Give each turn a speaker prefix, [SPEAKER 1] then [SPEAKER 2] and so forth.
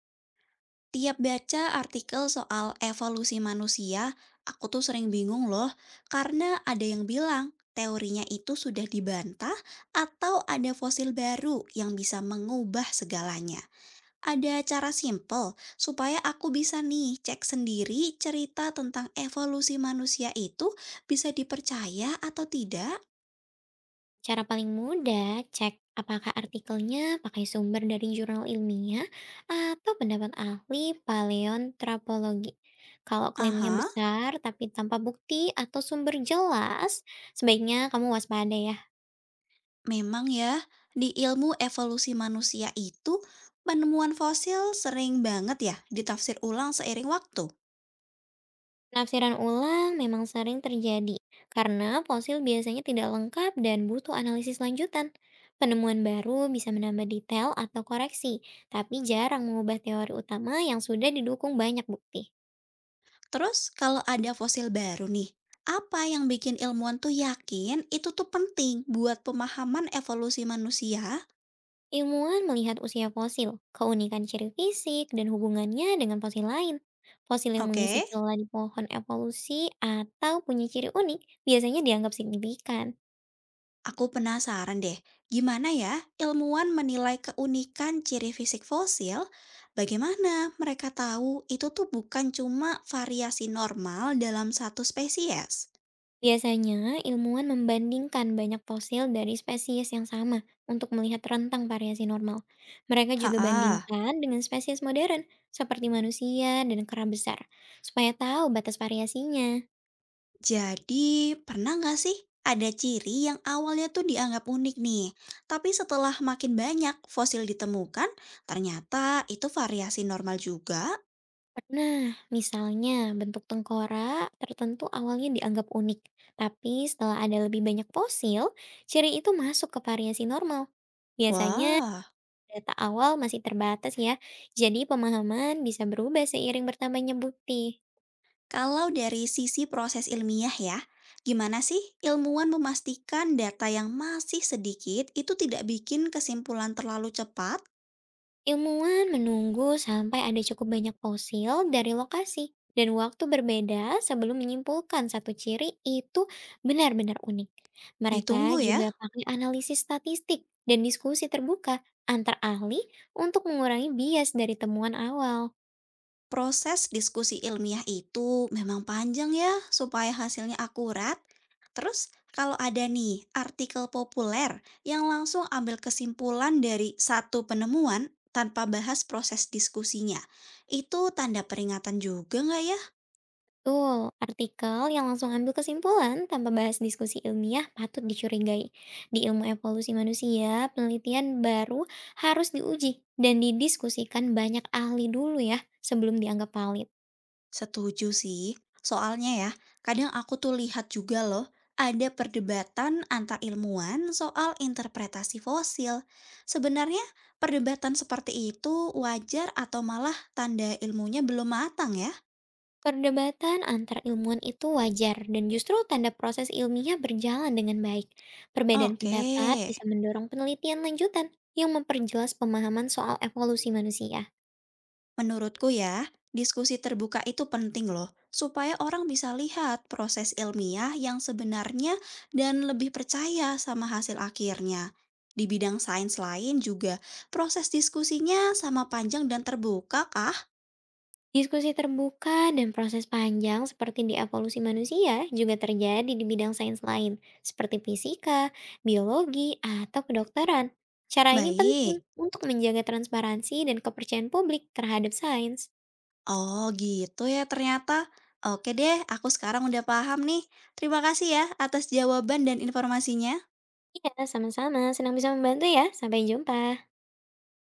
[SPEAKER 1] Tiap baca artikel soal evolusi manusia, aku tuh sering bingung loh, karena ada yang bilang teorinya itu sudah dibantah atau ada fosil baru yang bisa mengubah segalanya. Ada cara simple supaya aku bisa nih cek sendiri cerita tentang evolusi manusia itu bisa dipercaya atau tidak?
[SPEAKER 2] Cara paling mudah, cek apakah artikelnya pakai sumber dari jurnal ilmiah atau pendapat ahli paleontropologi. Kalau klaimnya
[SPEAKER 1] Aha.
[SPEAKER 2] besar tapi tanpa bukti atau sumber jelas, sebaiknya kamu waspada ya.
[SPEAKER 1] Memang ya, di ilmu evolusi manusia itu, penemuan fosil sering banget ya ditafsir ulang seiring waktu.
[SPEAKER 2] Penafsiran ulang memang sering terjadi karena fosil biasanya tidak lengkap dan butuh analisis lanjutan. Penemuan baru bisa menambah detail atau koreksi, tapi jarang mengubah teori utama yang sudah didukung banyak bukti.
[SPEAKER 1] Terus kalau ada fosil baru nih, apa yang bikin ilmuwan tuh yakin itu tuh penting buat pemahaman evolusi manusia?
[SPEAKER 2] Ilmuwan melihat usia fosil, keunikan ciri fisik, dan hubungannya dengan fosil lain. Fosil yang
[SPEAKER 1] Oke,
[SPEAKER 2] mengisi celah di pohon evolusi atau punya ciri unik biasanya dianggap signifikan.
[SPEAKER 1] aku penasaran deh, gimana ya ilmuwan menilai keunikan ciri fisik fosil? Bagaimana mereka tahu itu tuh bukan cuma variasi normal dalam satu spesies?
[SPEAKER 2] Biasanya, ilmuwan membandingkan banyak fosil dari spesies yang sama untuk melihat rentang variasi normal. Mereka juga
[SPEAKER 1] Ha.
[SPEAKER 2] bandingkan dengan spesies modern, seperti manusia dan kera besar, supaya tahu batas variasinya.
[SPEAKER 1] Jadi, pernah nggak sih ada ciri yang awalnya tuh dianggap unik nih, tapi setelah makin banyak fosil ditemukan, ternyata itu variasi normal juga?
[SPEAKER 2] Pernah, misalnya bentuk tengkorak tertentu awalnya dianggap unik, tapi setelah ada lebih banyak fosil, ciri itu masuk ke variasi normal. Biasanya
[SPEAKER 1] Wah,
[SPEAKER 2] data awal masih terbatas ya, jadi pemahaman bisa berubah seiring bertambahnya bukti.
[SPEAKER 1] kalau dari sisi proses ilmiah ya, gimana sih ilmuwan memastikan data yang masih sedikit itu tidak bikin kesimpulan terlalu cepat?
[SPEAKER 2] Ilmuwan menunggu sampai ada cukup banyak fosil dari lokasi dan waktu berbeda sebelum menyimpulkan satu ciri itu benar-benar unik. Mereka
[SPEAKER 1] Ditunggu ya.
[SPEAKER 2] juga pakai analisis statistik dan diskusi terbuka antar ahli untuk mengurangi bias dari temuan awal.
[SPEAKER 1] Proses diskusi ilmiah itu memang panjang ya, supaya hasilnya akurat. Terus, kalau ada nih artikel populer yang langsung ambil kesimpulan dari satu penemuan tanpa bahas proses diskusinya, itu tanda peringatan juga nggak ya?
[SPEAKER 2] Betul, artikel yang langsung ambil kesimpulan tanpa bahas diskusi ilmiah patut dicurigai. Di ilmu evolusi manusia, penelitian baru harus diuji dan didiskusikan banyak ahli dulu ya sebelum dianggap valid.
[SPEAKER 1] Setuju sih, soalnya ya, kadang aku tuh lihat juga loh, ada perdebatan antar ilmuwan soal interpretasi fosil. Sebenarnya, perdebatan seperti itu wajar atau malah tanda ilmunya belum matang ya?
[SPEAKER 2] Perdebatan antar ilmuwan itu wajar dan justru tanda proses ilmiah berjalan dengan baik. Perbedaan
[SPEAKER 1] Oke.
[SPEAKER 2] pendapat bisa mendorong penelitian lanjutan yang memperjelas pemahaman soal evolusi manusia.
[SPEAKER 1] Menurutku ya, diskusi terbuka itu penting loh, supaya orang bisa lihat proses ilmiah yang sebenarnya dan lebih percaya sama hasil akhirnya. Di bidang sains lain juga, proses diskusinya sama panjang dan terbuka kah?
[SPEAKER 2] Diskusi terbuka dan proses panjang seperti di evolusi manusia juga terjadi di bidang sains lain, seperti fisika, biologi, atau kedokteran. Cara ini penting
[SPEAKER 1] Baik.
[SPEAKER 2] untuk menjaga transparansi dan kepercayaan publik terhadap sains.
[SPEAKER 1] Oh gitu ya ternyata. Oke deh, aku sekarang udah paham nih. Terima kasih ya atas jawaban dan informasinya.
[SPEAKER 2] Iya, sama-sama. Senang bisa membantu ya. Sampai jumpa.